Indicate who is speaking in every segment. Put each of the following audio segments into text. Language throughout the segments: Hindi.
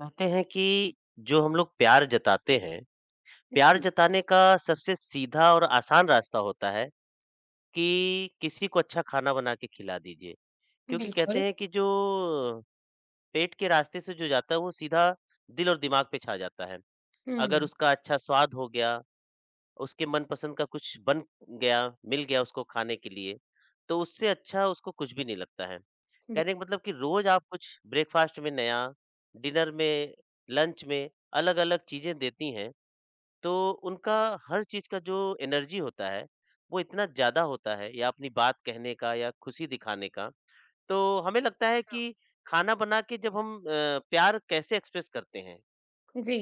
Speaker 1: कहते हैं कि जो हम लोग प्यार जताते हैं, प्यार
Speaker 2: जी,
Speaker 1: जताने का सबसे सीधा और आसान रास्ता होता है कि किसी को अच्छा खाना बना के खिला दीजिए। क्योंकि कहते
Speaker 2: बिल्कुल।
Speaker 1: हैं कि जो पेट के रास्ते से जो जाता है, वो सीधा दिल और दिमाग पे छा जाता है। अगर
Speaker 2: हुँ,
Speaker 1: उसका अच्छा स्वाद हो गया उसके मनपसंद का कुछ बन गया, मिल गया उसको खाने के लिए, तो उससे अच्छा उसको कुछ भी नहीं लगता है। कहने
Speaker 2: बिल्कुल।
Speaker 1: का मतलब कि रोज़ आप कुछ ब्रेकफ़ास्ट में नया, डिनर में, लंच में अलग-अलग चीज़ें देती हैं, तो उनका हर चीज़ का जो एनर्जी होता है, वो इतना ज़्यादा होता है या अपनी बात कहने का या खुशी दिखाने का, तो हमें लगता है कि खाना बना के जब हम प्यार कैसे एक्सप्रेस करते हैं?
Speaker 2: जी।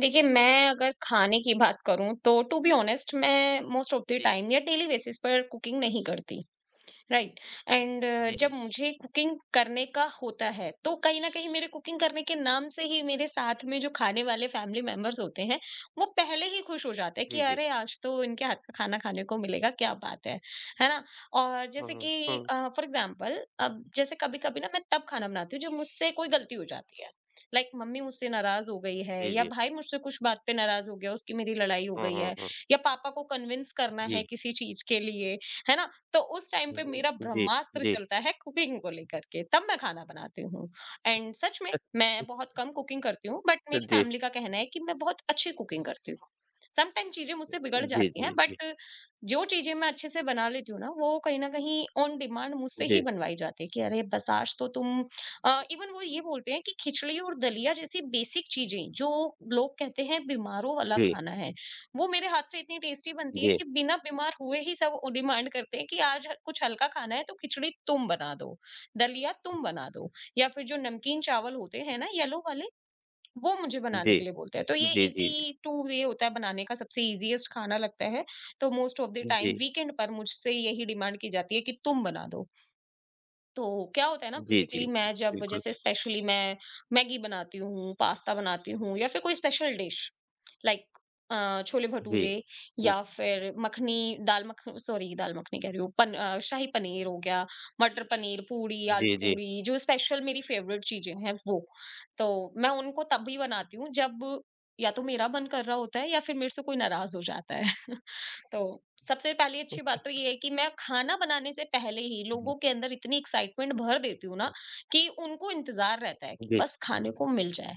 Speaker 2: देखिए, मैं अगर खाने की बात करूँ, तो टू बी ऑनेस्ट मैं मोस्ट ऑफ द
Speaker 1: जी,
Speaker 2: टाइम या डेली बेसिस पर कुकिंग नहीं करती। राइट। एंड।
Speaker 1: जी,
Speaker 2: जब
Speaker 1: जी।
Speaker 2: मुझे कुकिंग करने का होता है तो कहीं ना कहीं मेरे कुकिंग करने के नाम से ही मेरे साथ में जो खाने वाले फैमिली मेंबर्स होते हैं, वो पहले ही खुश हो जाते हैं कि
Speaker 1: जी, जी।
Speaker 2: अरे आज तो इनके हाथ का खाना खाने को मिलेगा, क्या बात है ना। और
Speaker 1: हुँ,
Speaker 2: जैसे
Speaker 1: हुँ,
Speaker 2: कि
Speaker 1: हुँ।
Speaker 2: फॉर एग्जाम्पल, अब जैसे कभी कभी ना मैं तब खाना बनाती हूँ जब मुझसे कोई गलती हो जाती है। लाइक, मम्मी मुझसे नाराज हो गई है
Speaker 1: जी,
Speaker 2: या
Speaker 1: जी।
Speaker 2: भाई मुझसे कुछ बात पे नाराज हो गया, उसकी मेरी लड़ाई हो
Speaker 1: हुँ,
Speaker 2: गई
Speaker 1: हुँ,
Speaker 2: है,
Speaker 1: हुँ।
Speaker 2: या पापा को कन्विंस करना है
Speaker 1: जी।
Speaker 2: किसी चीज के लिए, है ना। तो उस टाइम पे मेरा
Speaker 1: जी,
Speaker 2: ब्रह्मास्त्र
Speaker 1: जी।
Speaker 2: चलता है कुकिंग को लेकर के, तब मैं खाना बनाती हूँ। एंड सच में मैं बहुत कम कुकिंग करती हूँ, बट
Speaker 1: जी,
Speaker 2: मेरी
Speaker 1: जी,
Speaker 2: फैमिली का कहना है कि मैं बहुत अच्छी कुकिंग करती हूँ। समटाइम चीजें मुझसे बिगड़
Speaker 1: जी,
Speaker 2: जाती हैं,
Speaker 1: जी, जी,
Speaker 2: बट जो चीजें मैं अच्छे से बना लेती हूँ ना, वो कहीं ना कहीं ऑन डिमांड मुझसे
Speaker 1: जी,
Speaker 2: ही
Speaker 1: जी,
Speaker 2: बनवाई जाती है कि अरे बस आज तो तुम। इवन वो ये बोलते हैं कि खिचड़ी और दलिया जैसी बेसिक चीजें जो लोग कहते हैं बीमारों वाला
Speaker 1: जी,
Speaker 2: खाना है, वो मेरे हाथ से इतनी टेस्टी
Speaker 1: जी,
Speaker 2: बनती है
Speaker 1: जी,
Speaker 2: कि बिना बीमार हुए ही सब वो डिमांड करते हैं कि आज कुछ हल्का खाना है तो खिचड़ी तुम बना दो, दलिया तुम बना दो, या फिर जो नमकीन चावल होते हैं ना येलो वाले, वो मुझे बनाने के लिए बोलते हैं। तो ये
Speaker 1: जी,
Speaker 2: इजी टू वे होता है बनाने का, सबसे इजीएस्ट खाना लगता है। तो most of the time weekend पर मुझसे यही डिमांड की जाती है कि तुम बना दो। तो क्या होता है ना,
Speaker 1: जी, जी,
Speaker 2: बेसिकली
Speaker 1: जी,
Speaker 2: मैं जब
Speaker 1: बिल्कुल,
Speaker 2: जैसे स्पेशली मैं मैगी बनाती हूँ, पास्ता बनाती हूँ या फिर कोई स्पेशल डिश लाइक छोले
Speaker 1: जी,
Speaker 2: भटूरे,
Speaker 1: हुँ,
Speaker 2: या फिर मखनी दाल मख सॉरी दाल मखनी कह रही हूँ, शाही पनीर हो गया, मटर पनीर, पूड़ी, आलू
Speaker 1: जी, जी,
Speaker 2: पूड़ी, जो स्पेशल मेरी फेवरेट चीजें हैं वो। तो मैं उनको तब भी बनाती हूँ जब या तो मेरा मन कर रहा होता है या फिर मेरे से कोई नाराज़ हो जाता है। तो सबसे पहली अच्छी बात
Speaker 1: जी,
Speaker 2: तो ये है कि मैं खाना बनाने से पहले ही लोगों के अंदर इतनी एक्साइटमेंट भर देती हूँ ना कि उनको इंतजार रहता है कि बस खाने को मिल जाए।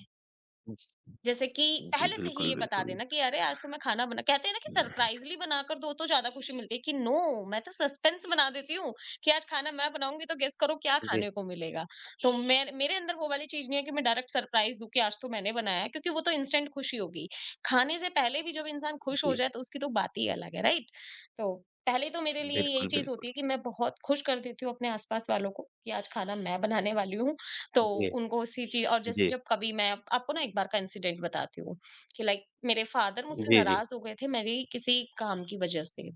Speaker 2: जैसे कि
Speaker 1: जी, जी,
Speaker 2: पहले से ही
Speaker 1: बिल्कुल,
Speaker 2: ये बता
Speaker 1: बिल्कुल।
Speaker 2: देना कि अरे आज तो मैं खाना बना, कहते हैं ना कि सरप्राइजली बनाकर दो तो ज्यादा खुशी मिलती है कि नो, मैं तो सस्पेंस बना देती हूँ कि आज खाना मैं बनाऊंगी, तो गेस करो क्या
Speaker 1: जी,
Speaker 2: खाने को मिलेगा। तो मैं, मेरे अंदर वो वाली चीज नहीं है कि मैं डायरेक्ट सरप्राइज दूं कि आज तो मैंने बनाया है, क्योंकि वो तो इंस्टेंट खुशी होगी। खाने से पहले भी जब इंसान खुश हो
Speaker 1: जी,
Speaker 2: जाए तो उसकी तो बात ही अलग है, राइट। तो पहले तो मेरे लिए यही
Speaker 1: बिल्कुल,
Speaker 2: चीज
Speaker 1: बिल्कुल,
Speaker 2: होती है कि मैं बहुत खुश कर देती हूँ अपने आसपास वालों को कि आज खाना मैं बनाने वाली हूँ। तो
Speaker 1: जी,
Speaker 2: उनको उसी चीज़। और जैसे
Speaker 1: जी,
Speaker 2: जब कभी, मैं आपको ना एक बार का इंसिडेंट बताती हूँ कि लाइक मेरे फादर
Speaker 1: जी,
Speaker 2: मुझसे
Speaker 1: जी, जी,
Speaker 2: नाराज़ हो गए थे मेरी किसी काम की वज़ह से।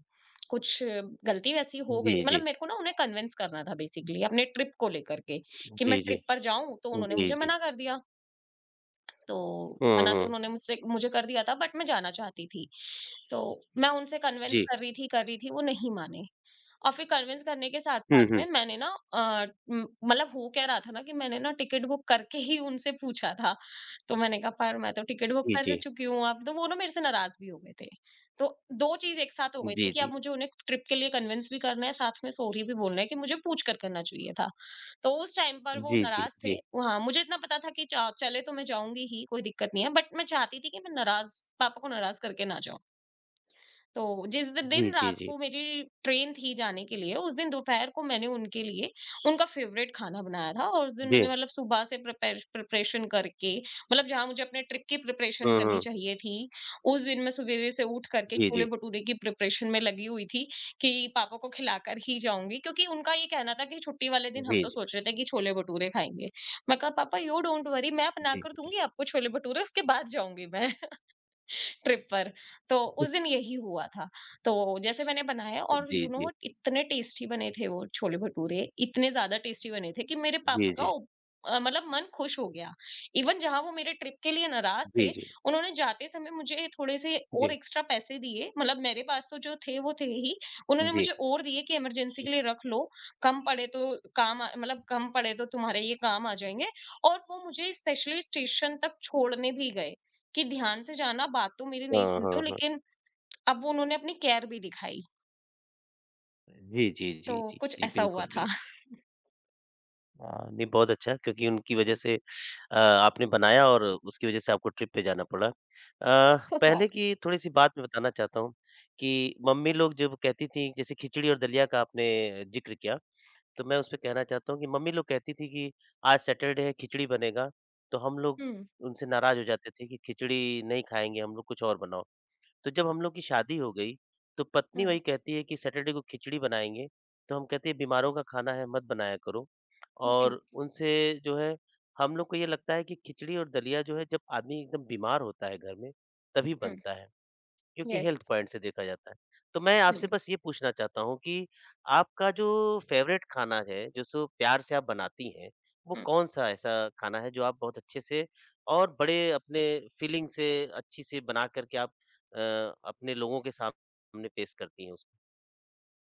Speaker 2: कुछ गलती वैसी हो गई
Speaker 1: जी,
Speaker 2: थी, मतलब
Speaker 1: जी,
Speaker 2: मेरे को ना उन्हें कन्विंस करना था बेसिकली अपने ट्रिप को लेकर के कि मैं
Speaker 1: जी, जी,
Speaker 2: ट्रिप पर जाऊँ, तो उन्होंने मुझे
Speaker 1: जी,
Speaker 2: मना कर दिया। तो
Speaker 1: हुँ,
Speaker 2: मना तो
Speaker 1: हुँ,
Speaker 2: उन्होंने मुझसे मुझे कर दिया था, बट मैं जाना चाहती थी। तो मैं उनसे कन्विंस
Speaker 1: जी,
Speaker 2: कर रही थी, वो नहीं माने। और फिर कन्विंस करने के
Speaker 1: हुँ,
Speaker 2: साथ-साथ
Speaker 1: हुँ,
Speaker 2: में मैंने ना अ, म मतलब हो क्या रहा था ना कि मैंने ना टिकट बुक करके ही उनसे पूछा था। तो मैंने कहा पर मैं तो टिकट बुक
Speaker 1: जी,
Speaker 2: कर
Speaker 1: जी,
Speaker 2: चुकी हूँ, अब तो वो ना मेरे से नाराज़ भी हो गए थे। तो 2 चीज़ एक साथ हो गई थी
Speaker 1: जी,
Speaker 2: कि अब
Speaker 1: जी,
Speaker 2: मुझे उन्हें ट्रिप के लिए कन्विंस भी करना है, साथ में सॉरी भी बोलना है कि मुझे पूछ कर करना चाहिए था। तो उस टाइम पर वो
Speaker 1: जी, जी,
Speaker 2: नाराज़ थे।
Speaker 1: जी,
Speaker 2: हाँ, मुझे इतना पता था कि च चले तो मैं जाऊँगी ही, कोई दिक्कत नहीं है, बट मैं चाहती थी कि मैं नाराज़ पापा को नाराज़ करके ना जाऊँ। तो जिस द
Speaker 1: जी,
Speaker 2: दिन
Speaker 1: जी,
Speaker 2: रात
Speaker 1: जी,
Speaker 2: को मेरी ट्रेन थी जाने के लिए, उस दिन दोपहर को मैंने उनके लिए उनका फ़ेवरेट खाना बनाया था। और उस दिन मैंने
Speaker 1: जी,
Speaker 2: मतलब सुबह से प्रिपेर प्रिपरेशन करके, मतलब जहाँ मुझे अपने ट्रिप की प्रिपरेशन
Speaker 1: हुँ,
Speaker 2: करनी
Speaker 1: हुँ।
Speaker 2: चाहिए थी, उस दिन मैं सवेरे से उठ करके
Speaker 1: जी, जी।
Speaker 2: छोले-भटूरे की प्रिपरेशन में लगी हुई थी कि पापा को खिलाकर ही जाऊँगी, क्योंकि उनका ये कहना था कि छुट्टी वाले दिन हम
Speaker 1: जी,
Speaker 2: तो
Speaker 1: जी।
Speaker 2: सोच रहे थे कि छोले-भटूरे खाएँगे। मैं कहा, "पापा, यू डोंट वरी, मैं
Speaker 1: जी,
Speaker 2: बनाकर
Speaker 1: जी।
Speaker 2: दूँगी आपको छोले-भटूरे, उसके बाद जाऊँगी मैं।" ट्रिप पर। तो उस दिन यही हुआ था। तो जैसे मैंने बनाया, और
Speaker 1: जी,
Speaker 2: यू नो
Speaker 1: जी।
Speaker 2: व्हाट, इतने टेस्टी बने थे वो छोले भटूरे, इतने ज़्यादा टेस्टी बने थे कि मेरे पापा
Speaker 1: जी,
Speaker 2: का
Speaker 1: जी।
Speaker 2: मतलब मन खुश हो गया। इवन जहाँ वो मेरे ट्रिप के लिए नाराज़ थे, उन्होंने जाते समय मुझे थोड़े से और
Speaker 1: जी,
Speaker 2: एक्स्ट्रा पैसे दिए। मतलब मेरे पास तो जो थे वो थे ही, उन्होंने
Speaker 1: जी।
Speaker 2: मुझे और दिए कि इमरजेंसी के लिए रख लो, कम पड़े तो काम आ मतलब कम पड़े तो तुम्हारे ये काम आ जाएँगे। और वो मुझे स्पेशली स्टेशन तक छोड़ने भी गए। कि ध्यान से जाना, बात तो मेरी नहीं
Speaker 1: हाँ,
Speaker 2: सुनते हो
Speaker 1: हाँ, हाँ।
Speaker 2: लेकिन अब वो, उन्होंने अपनी केयर भी दिखाई।
Speaker 1: जी, जी, जी,
Speaker 2: तो
Speaker 1: जी।
Speaker 2: कुछ
Speaker 1: जी,
Speaker 2: ऐसा हुआ
Speaker 1: बिल्कुल,
Speaker 2: था।
Speaker 1: बिल्कुल। नहीं बहुत अच्छा क्योंकि उनकी वज़ह से आपने बनाया और उसकी वज़ह से आपको ट्रिप पे जाना पड़ा। अ, पहले की थोड़ी-सी बात मैं बताना चाहता हूँ कि मम्मी लोग जब कहती थीं जैसे खिचड़ी और दलिया का आपने ज़िक्र किया। तो मैं उसपे कहना चाहता हूँ कि मम्मी लोग कहती थी कि आज सैटरडे है खिचड़ी बनेगा, तो हम लोग
Speaker 2: हुँ,
Speaker 1: उनसे नाराज़ हो जाते थे कि खिचड़ी नहीं खाएँगे हम लोग कुछ और बनाओ। तो जब हम लोग की शादी हो गई, तो पत्नी
Speaker 2: हुँ।
Speaker 1: वही कहती है कि सैटरडे को खिचड़ी बनाएँगे, तो हम कहते हैं बीमारों का खाना है मत बनाया करो। और
Speaker 2: जी,
Speaker 1: उनसे जो है हम लोग को ये लगता है कि खिचड़ी और दलिया जो है जब आदमी एकदम बीमार होता है घर में, तभी
Speaker 2: हुँ।
Speaker 1: बनता है। क्योंकि
Speaker 2: यस।
Speaker 1: हेल्थ पॉइंट से देखा जाता है। तो मैं
Speaker 2: हुँ,
Speaker 1: आपसे
Speaker 2: हुँ।
Speaker 1: बस ये पूछना चाहता हूँ कि आपका जो फ़ेवरेट खाना है, जो सो प्यार से आप बनाती हैं, वो कौन-सा ऐसा खाना है जो आप बहुत अच्छे से और बड़े अपने फीलिंग से अच्छी से बना कर के आप अपने लोगों के सामने पेश करती हैं उसको?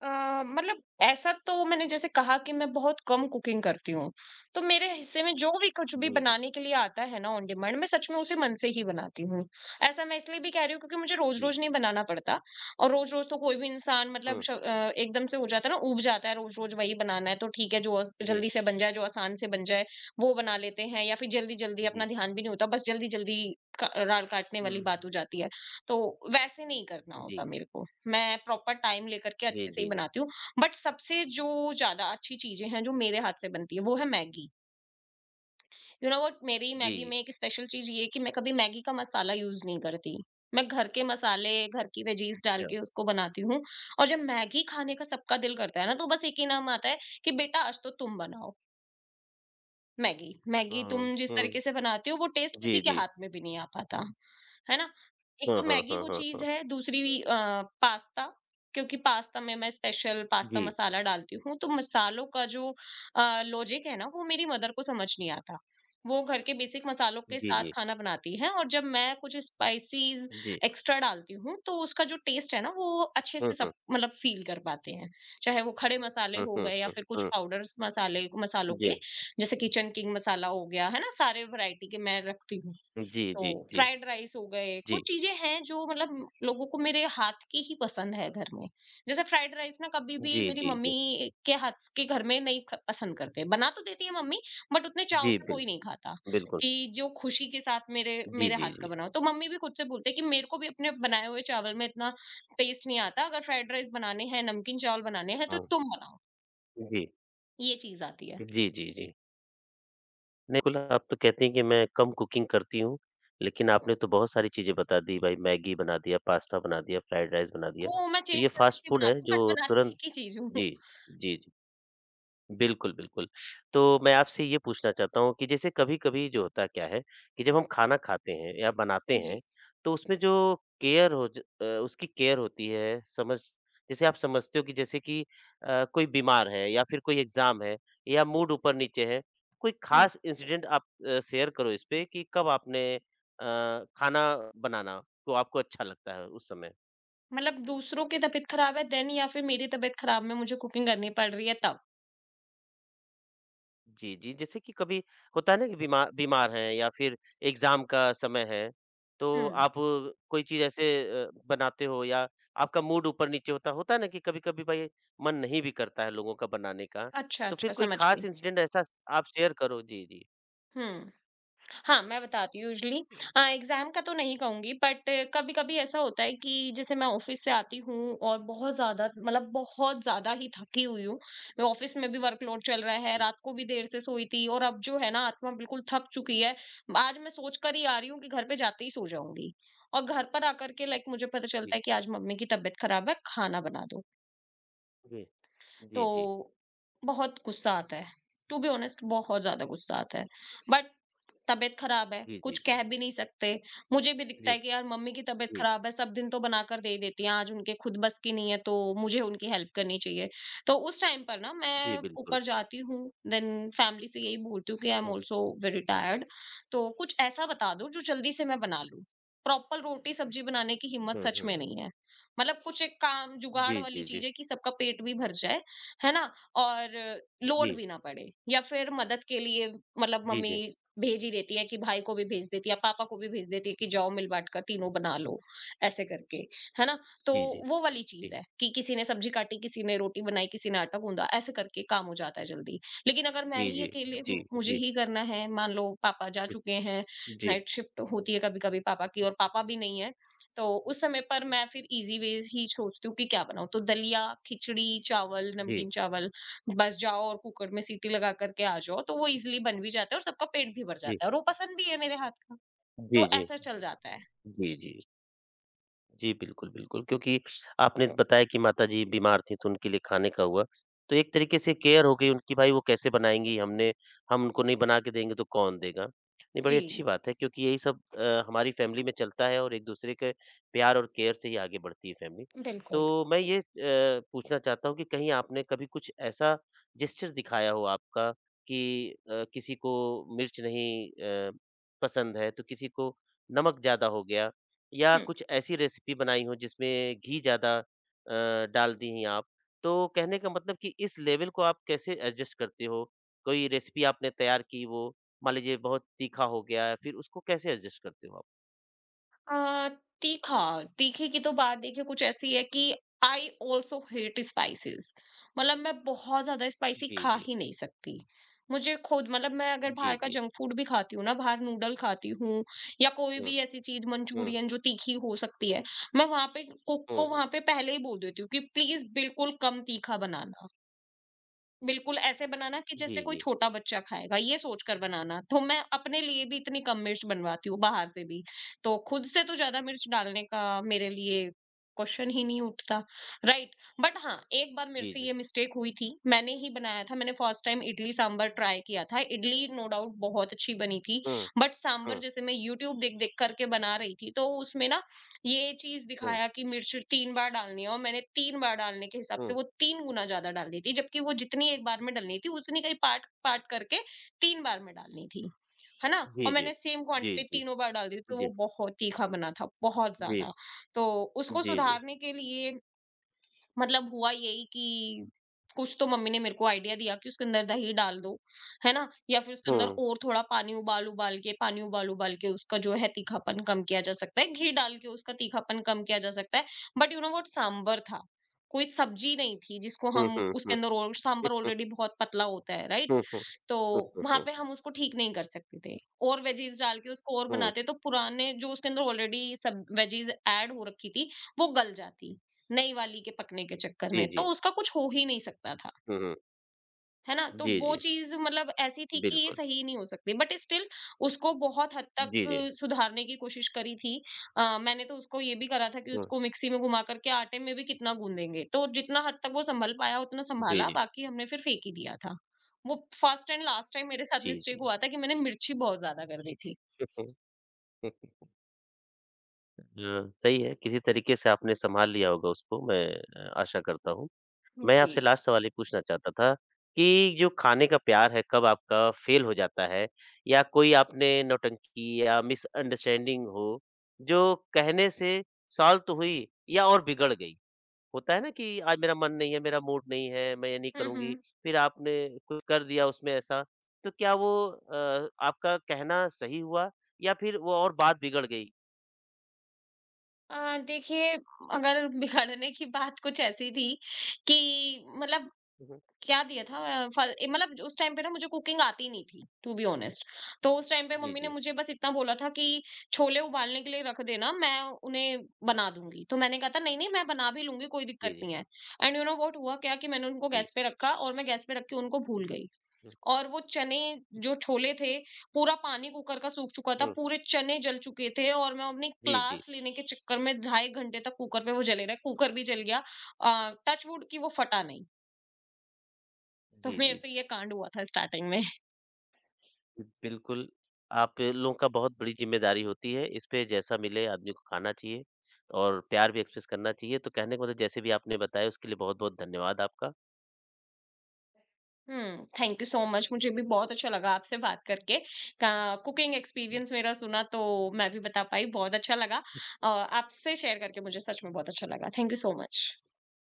Speaker 2: मतलब ऐसा तो, मैंने जैसे कहा कि मैं बहुत कम कुकिंग करती हूँ। तो मेरे हिस्से में जो भी कुछ
Speaker 1: जी,
Speaker 2: भी
Speaker 1: जी,
Speaker 2: बनाने के लिए आता है ना ऑन डिमांड, मैं सच में उसे मन से ही बनाती हूँ। ऐसा मैं इसलिए भी कह रही हूँ क्योंकि मुझे
Speaker 1: जी।
Speaker 2: रोज़-रोज़ नहीं बनाना पड़ता, और रोज़-रोज़ तो कोई भी इंसान मतलब
Speaker 1: हुँ,
Speaker 2: एकदम से हो जाता है ना, ऊब जाता है रोज़-रोज़ वही बनाना है तो ठीक है जो अस
Speaker 1: जी,
Speaker 2: जल्दी से बन जाए, जो आसान से बन जाए, वो बना लेते हैं या फिर जल्दी-जल्दी, अपना
Speaker 1: जी।
Speaker 2: ध्यान भी नहीं होता, बस जल्दी-जल्दी क राल काटने
Speaker 1: हुँ,
Speaker 2: वाली बात हो जाती है। तो वैसे नहीं करना होता
Speaker 1: जी,
Speaker 2: मेरे को। मैं प्रॉपर टाइम लेकर के
Speaker 1: जी,
Speaker 2: अच्छे से ही
Speaker 1: जी, जी।
Speaker 2: बनाती हूँ। बट सबसे जो ज़्यादा अच्छी चीज़ें हैं जो मेरे हाथ से बनती है वो है मैगी। यू नो व्हाट, मेरी
Speaker 1: जी,
Speaker 2: मैगी में एक स्पेशल चीज़ ये है कि मैं कभी मैगी का मसाला यूज़ नहीं करती। मैं घर के मसाले, घर की वेजीज़ डाल
Speaker 1: अच्छा।
Speaker 2: के उसको बनाती हूँ। और जब मैगी खाने का सबका दिल करता है ना तो बस एक ही नाम आता है कि बेटा आज तो तुम बनाओ। मैगी मैगी तुम
Speaker 1: हुँ,
Speaker 2: जिस तरीके
Speaker 1: हुँ।
Speaker 2: से बनाते हो वो टेस्ट किसी
Speaker 1: जी,
Speaker 2: के
Speaker 1: जी।
Speaker 2: हाथ में भी नहीं आ पाता, है ना। एक तो
Speaker 1: हाँ, हाँ,
Speaker 2: मैगी
Speaker 1: हाँ,
Speaker 2: वो
Speaker 1: हाँ,
Speaker 2: चीज
Speaker 1: हाँ।
Speaker 2: है, दूसरी पास्ता। क्योंकि पास्ता में मैं स्पेशल पास्ता
Speaker 1: जी,
Speaker 2: मसाला डालती हूँ, तो मसालों का जो लॉजिक है ना, वो मेरी मदर को समझ नहीं आता। वो घर के बेसिक मसालों के
Speaker 1: जी,
Speaker 2: साथ
Speaker 1: जी,
Speaker 2: खाना बनाती है, और जब मैं कुछ स्पाइसीज
Speaker 1: जी।
Speaker 2: एक्स्ट्रा डालती हूँ तो उसका जो टेस्ट है ना वो अच्छे
Speaker 1: हुँ,
Speaker 2: से सब
Speaker 1: हुँ।
Speaker 2: मतलब फील कर पाते हैं। चाहे वो खड़े मसाले
Speaker 1: हुँ,
Speaker 2: हो
Speaker 1: हुँ,
Speaker 2: गए या
Speaker 1: हुँ,
Speaker 2: फिर कुछ
Speaker 1: हुँ।
Speaker 2: पाउडर्स मसाले मसालों के,
Speaker 1: जी।
Speaker 2: जैसे किचन किंग मसाला हो गया, है ना? सारे वैरायटी के मैं रखती हूँ।
Speaker 1: जी,
Speaker 2: तो
Speaker 1: जी, जी।
Speaker 2: फ्राइड राइस हो गए,
Speaker 1: जी।
Speaker 2: कुछ चीज़ें हैं जो मतलब लोगों को मेरे हाथ की ही पसंद है घर में। जैसे फ्राइड राइस ना कभी भी
Speaker 1: जी,
Speaker 2: मेरी
Speaker 1: जी, जी।
Speaker 2: मम्मी के हाथ के घर में नहीं ख पसंद करते। बना तो देती है मम्मी, बट उतने चाव
Speaker 1: जी,
Speaker 2: से कोई नहीं खाता
Speaker 1: बिल्कुल।
Speaker 2: कि जो खुशी के साथ मेरे
Speaker 1: जी,
Speaker 2: मेरे
Speaker 1: जी,
Speaker 2: हाथ का
Speaker 1: जी।
Speaker 2: बना हो। तो मम्मी भी खुद से बोलते हैं कि मेरे को भी अपने बनाए हुए चावल में इतना टेस्ट नहीं आता। अगर फ्राइड राइस बनाने हैं, नमकीन चावल बनाने हैं, तो
Speaker 1: हाँ।
Speaker 2: तुम बनाओ।
Speaker 1: जी।
Speaker 2: ये चीज़ आती है।
Speaker 1: जी, जी, जी। नहीं कुल आप तो कहती हैं कि मैं कम कुकिंग करती हूँ, लेकिन आपने तो बहुत सारी चीज़ें बता दी भाई मैगी बना दिया, पास्ता बना दिया, फ्राइड राइस बना दिया।
Speaker 2: वो मैं
Speaker 1: तो ये
Speaker 2: चेंज कर-कर
Speaker 1: फ़ास्ट
Speaker 2: के
Speaker 1: फूड
Speaker 2: बनाती
Speaker 1: है
Speaker 2: हूँ,
Speaker 1: जो
Speaker 2: बट बनाती
Speaker 1: तुरंत
Speaker 2: एक ही चीज़ हूँ।
Speaker 1: जी। जी, जी। बिल्कुल, बिल्कुल। तो मैं आपसे ये पूछना चाहता हूँ कि जैसे कभी-कभी जो होता क्या है कि जब हम खाना खाते हैं या बनाते हैं,
Speaker 2: जी।
Speaker 1: तो उसमें जो केयर हो उसकी केयर होती है, समझ जैसे आप समझते हो कि जैसे कि कोई बीमार है या फिर कोई एग्ज़ाम है या मूड ऊपर-नीचे है, कोई
Speaker 2: हुँ,
Speaker 1: ख़ास इंसिडेंट आप शेयर करो इस पे कि कब आपने खाना बनाना तो आपको अच्छा लगता है उस समय?
Speaker 2: मतलब दूसरों की तबीयत खराब है, देन या फिर मेरी तबीयत खराब में मुझे कुकिंग करनी पड़ रही है तब।
Speaker 1: जी, जी। जैसे कि कभी होता है ना कि बीमार हैं या फिर एग्ज़ाम का समय है, तो
Speaker 2: हुँ।
Speaker 1: आप कोई चीज़ ऐसे बनाते हो या आपका मूड ऊपर-नीचे होता है ना कि कभी-कभी भाई मन नहीं भी करता है लोगों का बनाने का,
Speaker 2: अच्छा,
Speaker 1: तो फिर
Speaker 2: अच्छा
Speaker 1: कोई
Speaker 2: समझ गई।
Speaker 1: ख़ास इंसिडेंट ऐसा आप शेयर करो? जी, जी।
Speaker 2: हुँ। हाँ, मैं बताती हूँ यूजुअली।
Speaker 1: हुँ,
Speaker 2: एग्ज़ाम का तो नहीं कहूँगी, बट कभी-कभी ऐसा होता है कि जैसे मैं ऑफ़िस से आती हूँ और बहुत ज़्यादा, मतलब बहुत ज़्यादा ही थकी हुई हूँ। मैं ऑफ़िस में भी वर्कलोड चल रहा है,
Speaker 1: जी,
Speaker 2: रात को भी देर से सोई थी, और अब जो है ना आत्मा बिल्कुल थक चुकी है। आज मैं सोच कर ही आ रही हूँ कि घर पे जाते ही सो जाऊँगी, और घर पर आकर के लाइक मुझे पता
Speaker 1: जी,
Speaker 2: चलता
Speaker 1: जी।
Speaker 2: है कि आज मम्मी की तबीयत ख़राब है, खाना बना दो।
Speaker 1: जी, जी।
Speaker 2: तो बहुत गुस्सा आता है। टू बी ऑनेस्ट बहुत ज़्यादा गुस्सा आता है। बट तबीयत खराब है,
Speaker 1: जी, जी,
Speaker 2: कुछ कह
Speaker 1: जी।
Speaker 2: भी नहीं सकते। मुझे भी दिखता
Speaker 1: जी,
Speaker 2: है कि यार मम्मी की तबीयत
Speaker 1: जी,
Speaker 2: खराब है, सब दिन तो बनाकर दे ही देती हैं, आज उनके खुद बस की नहीं है, तो मुझे उनकी हेल्प करनी चाहिए। तो उस टाइम पर ना
Speaker 1: जी,
Speaker 2: मैं
Speaker 1: बिल्कुल।
Speaker 2: ऊपर जाती हूँ, देन फैमिली से यही बोलती हूँ कि I am
Speaker 1: hmm,
Speaker 2: also very tired, तो कुछ ऐसा बता दो जो जल्दी से मैं बना लूँ। प्रॉपर रोटी सब्जी बनाने की हिम्मत
Speaker 1: हुँ,
Speaker 2: सच
Speaker 1: हुँ।
Speaker 2: में नहीं है। मतलब कुछ एक काम जुगाड़
Speaker 1: जी,
Speaker 2: वाली
Speaker 1: जी,
Speaker 2: चीज़
Speaker 1: जी।
Speaker 2: है कि सबका पेट भी भर जाए। है ना? और
Speaker 1: जी,
Speaker 2: लोड भी ना पड़े, या फिर मदद के लिए मतलब
Speaker 1: जी,
Speaker 2: मम्मी
Speaker 1: जी।
Speaker 2: भेज ही देती है कि भाई को भी भेज देती है, पापा को भी भेज देती है कि जाओ मिल-बाँट कर तीनों बना लो, ऐसे करके, है ना? तो
Speaker 1: जी, जी,
Speaker 2: वो वाली चीज़
Speaker 1: जी,
Speaker 2: है कि किसी ने सब्जी काटी, किसी ने रोटी बनाई, किसी ने आटा गूँधा, ऐसे करके काम हो जाता है जल्दी। लेकिन अगर मैं
Speaker 1: जी,
Speaker 2: ही
Speaker 1: जी, जी,
Speaker 2: अकेले हूँ,
Speaker 1: जी,
Speaker 2: मुझे
Speaker 1: जी।
Speaker 2: ही करना है, मान लो पापा जा
Speaker 1: हुँ,
Speaker 2: चुके हैं,
Speaker 1: जी।
Speaker 2: नाइट शिफ्ट होती है कभी-कभी पापा की और पापा भी नहीं है। तो उस समय पर मैं फिर इजी वेज ही सोचती हूँ कि क्या बनाऊँ, तो दलिया, खिचड़ी, चावल,
Speaker 1: जी,
Speaker 2: नमकीन चावल, बस जाओ और कुकर में सीटी लगा करके आ जाओ, तो वो इजीली बन भी जाता है और सबका पेट भी भर
Speaker 1: जी।
Speaker 2: जाता है और वो पसंद भी है मेरे हाथ का। तो
Speaker 1: जी, जी।
Speaker 2: ऐसा चल जाता है।
Speaker 1: जी, जी। जी, बिल्कुल, बिल्कुल, क्योंकि आपने बताया कि माताजी बीमार थीं तो उनके लिए खाने का हुआ। तो एक तरीके से केयर हो गई उनकी भाई वो कैसे बनाएँगी हमने हम उनको नहीं बना के देंगे तो कौन देगा? नहीं
Speaker 2: जी।
Speaker 1: बड़ी अच्छी बात है क्योंकि यही सब हमारी फैमिली में चलता है और एक-दूसरे के प्यार और केयर से ही आगे बढ़ती है फैमिली।
Speaker 2: बिल्कुल।
Speaker 1: तो मैं ये पूछना चाहता हूँ कि कहीं आपने कभी कुछ ऐसा जेस्चर दिखाया हो आपका कि किसी को मिर्च नहीं पसंद है तो किसी को नमक ज़्यादा हो गया या कुछ ऐसी रेसिपी बनाई हो जिसमें घी ज़्यादा डाल दी हैं आप, तो कहने का मतलब कि इस लेवल को आप कैसे एडजस्ट करते हो? कोई रेसिपी आपने तैयार की वो, मान लीजिए बहुत तीखा हो गया, है, फिर उसको कैसे एडजस्ट करते हो आप?
Speaker 2: अ, तीखा तीखे की तो बात देखिए कुछ ऐसी है कि आई ऑल्सो हेट स्पाइसेस। मतलब मैं बहुत ज्यादा स्पाइसी
Speaker 1: जी,
Speaker 2: खा
Speaker 1: जी।
Speaker 2: ही नहीं सकती। मुझे खुद, मतलब मैं अगर बाहर
Speaker 1: जी,
Speaker 2: का
Speaker 1: जी।
Speaker 2: जंक फूड भी खाती हूँ ना, बाहर नूडल खाती हूँ या कोई
Speaker 1: हुँ,
Speaker 2: भी ऐसी चीज
Speaker 1: हुँ,
Speaker 2: मंचूरियन जो तीखी हो सकती है, मैं वहां पे कुक को
Speaker 1: हुँ।
Speaker 2: वहां पे पहले ही बोल देती हूँ कि प्लीज बिल्कुल कम तीखा बनाना। बिल्कुल, ऐसे बनाना कि जैसे
Speaker 1: जी,
Speaker 2: कोई
Speaker 1: जी।
Speaker 2: छोटा बच्चा खाएगा, ये सोचकर बनाना। तो मैं अपने लिए भी इतनी कम मिर्च बनवाती हूँ, बाहर से भी। तो खुद से तो ज़्यादा मिर्च डालने का मेरे लिए क्वेश्चन ही नहीं उठता, राइट? बट हाँ, एक बार मेरे
Speaker 1: जी,
Speaker 2: से
Speaker 1: जी।
Speaker 2: ये मिस्टेक हुई थी, मैंने ही बनाया था, मैंने first time idli sambar try किया था। इडली नो डाउट बहुत अच्छी बनी थी,
Speaker 1: हुँ,
Speaker 2: बट सांभर
Speaker 1: हुँ,
Speaker 2: जैसे मैं यूट्यूब देख-देख करके बना रही थी, तो उसमें ना ये चीज
Speaker 1: हुँ,
Speaker 2: दिखाया कि मिर्च 3 बार डालनी है, और मैंने 3 बार डालने के हिसाब से
Speaker 1: हुँ।
Speaker 2: वो 3 गुना ज्यादा डाल दी थी, जबकि वो जितनी एक बार में डलनी थी उतनी कहीं पार्ट पार्ट करके 3 बार में डालनी थी, है ना? और
Speaker 1: जी, जी।
Speaker 2: मैंने सेम
Speaker 1: जी,
Speaker 2: क्वांटिटी
Speaker 1: जी।
Speaker 2: तीनों बार डाल दी, तो वो
Speaker 1: जी,
Speaker 2: बहुत तीखा बना था, बहुत
Speaker 1: जी।
Speaker 2: ज्यादा। तो उसको
Speaker 1: जी, जी।
Speaker 2: सुधारने के लिए मतलब हुआ यही कि कुछ तो मम्मी ने मेरे को आइडिया दिया कि उसके अंदर दही डाल दो, है ना? या फिर उसके अंदर
Speaker 1: हुँ।
Speaker 2: और थोड़ा पानी उबाल उबाल के उसका जो है तीखापन कम किया जा सकता है, घी डाल के उसका तीखापन कम किया जा सकता है। But you know what, sambar था, कोई सब्जी नहीं थी जिसको
Speaker 1: हुँ,
Speaker 2: हम
Speaker 1: हुँ,
Speaker 2: उसके अंदर, और
Speaker 1: हुँ।
Speaker 2: सांभर ऑलरेडी बहुत पतला होता है, राइट?
Speaker 1: हुँ, हुँ।
Speaker 2: तो
Speaker 1: हुँ, हुँ। हुँ,
Speaker 2: वहाँ
Speaker 1: हुँ,
Speaker 2: पे
Speaker 1: हुँ।
Speaker 2: हम उसको ठीक नहीं कर सकते थे। और वेजीज़ डाल के उसको और
Speaker 1: हुँ,
Speaker 2: बनाते, तो पुराने जो उसके अंदर ऑलरेडी सब वेजीज़ ऐड हो रखी थी, वो गल जाती, नई वाली के पकने के चक्कर
Speaker 1: जी,
Speaker 2: में। तो
Speaker 1: जी।
Speaker 2: उसका कुछ हो ही नहीं सकता था।
Speaker 1: हुँ, हुँ।
Speaker 2: है ना? तो
Speaker 1: जी,
Speaker 2: वो
Speaker 1: जी।
Speaker 2: चीज़ मतलब ऐसी थी कि ये
Speaker 1: बिल्कुल।
Speaker 2: सही नहीं हो सकती, बट स्टिल उसको बहुत हद तक
Speaker 1: जी, जी।
Speaker 2: सुधारने की कोशिश करी थी। मैंने तो उसको ये भी करा था कि
Speaker 1: हुँ,
Speaker 2: उसको मिक्सी में घुमा कर के आटे में भी कितना गूँधेंगे। तो जितना हद तक वो सँभल पाया उतना
Speaker 1: जी,
Speaker 2: सँभाला,
Speaker 1: जी।
Speaker 2: बाकी हमने फिर फेंक ही दिया था। वो फर्स्ट एंड लास्ट टाइम मेरे साथ
Speaker 1: जी,
Speaker 2: मिस्टेक
Speaker 1: जी।
Speaker 2: हुआ था कि मैंने मिर्ची बहुत ज़्यादा कर दी थी।
Speaker 1: हाँ, सही है, किसी तरीके से आपने सँभाल लिया होगा उसको, मैं आशा करता हूँ। मैं
Speaker 2: जी।
Speaker 1: आपसे लास्ट सवाल ये पूछना चाहता था कि जो खाने का प्यार है, कब आपका फ़ेल हो जाता है? या कोई आपने नौटंकी या मिसअंडरस्टैंडिंग हो, जो कहने से सॉल्व तो हुई या और बिगड़ गई? होता है ना कि आज मेरा मन नहीं है, मेरा मूड नहीं है, मैं ये नहीं
Speaker 2: हुँ,
Speaker 1: करूँगी,
Speaker 2: हुँ।
Speaker 1: फिर आपने कुछ कर दिया उसमें ऐसा, तो क्या वो आपका कहना सही हुआ या फिर वो और बात बिगड़ गई?
Speaker 2: देखिए, अगर बिगड़ने की बात कुछ ऐसी थी कि मतलब
Speaker 1: हुँ, हुँ।
Speaker 2: क्या दिया था, मतलब उस टाइम पे ना मुझे कुकिंग आती नहीं थी टू बी ऑनेस्ट। तो उस टाइम पे
Speaker 1: जी,
Speaker 2: मम्मी ने
Speaker 1: जी।
Speaker 2: मुझे बस इतना बोला था कि छोले उबालने के लिए रख देना, मैं उन्हें बना दूंगी। तो मैंने कहा था नहीं नहीं, मैं बना भी लूंगी, कोई
Speaker 1: जी,
Speaker 2: दिक्कत
Speaker 1: जी।
Speaker 2: नहीं है। एंड यू नो व्हाट हुआ क्या कि मैंने उनको
Speaker 1: जी।
Speaker 2: गैस पे रखा और मैं गैस पे रख के उनको भूल गई।
Speaker 1: हुँ,
Speaker 2: और वो चने, जो छोले थे, पूरा पानी कुकर का सूख चुका था,
Speaker 1: हुँ।
Speaker 2: पूरे चने जल चुके थे, और मैं अपनी
Speaker 1: जी, जी।
Speaker 2: क्लास लेने के चक्कर में 2.5 घंटे तक कुकर पे वो जले रहे, कुकर भी जल गया। टच वुड की वो फटा नहीं। तो
Speaker 1: जी,
Speaker 2: मेरे
Speaker 1: जी।
Speaker 2: से ये कांड हुआ था स्टार्टिंग में।
Speaker 1: बिल्कुल, आप लोगों का बहुत बड़ी ज़िम्मेदारी होती है, इस पे जैसा मिले आदमी को खाना चाहिए और प्यार भी एक्सप्रेस करना चाहिए, तो कहने का मतलब जैसे भी आपने बताया उसके लिए बहुत-बहुत धन्यवाद आपका।
Speaker 2: थैंक यू सो मच, मुझे भी बहुत अच्छा लगा आपसे बात करके। का कुकिंग
Speaker 1: जी।
Speaker 2: एक्सपीरियंस मेरा सुना, तो मैं भी बता पाई, बहुत अच्छा लगा। आपसे शेयर करके मुझे सच में बहुत अच्छा लगा। Thank you so much.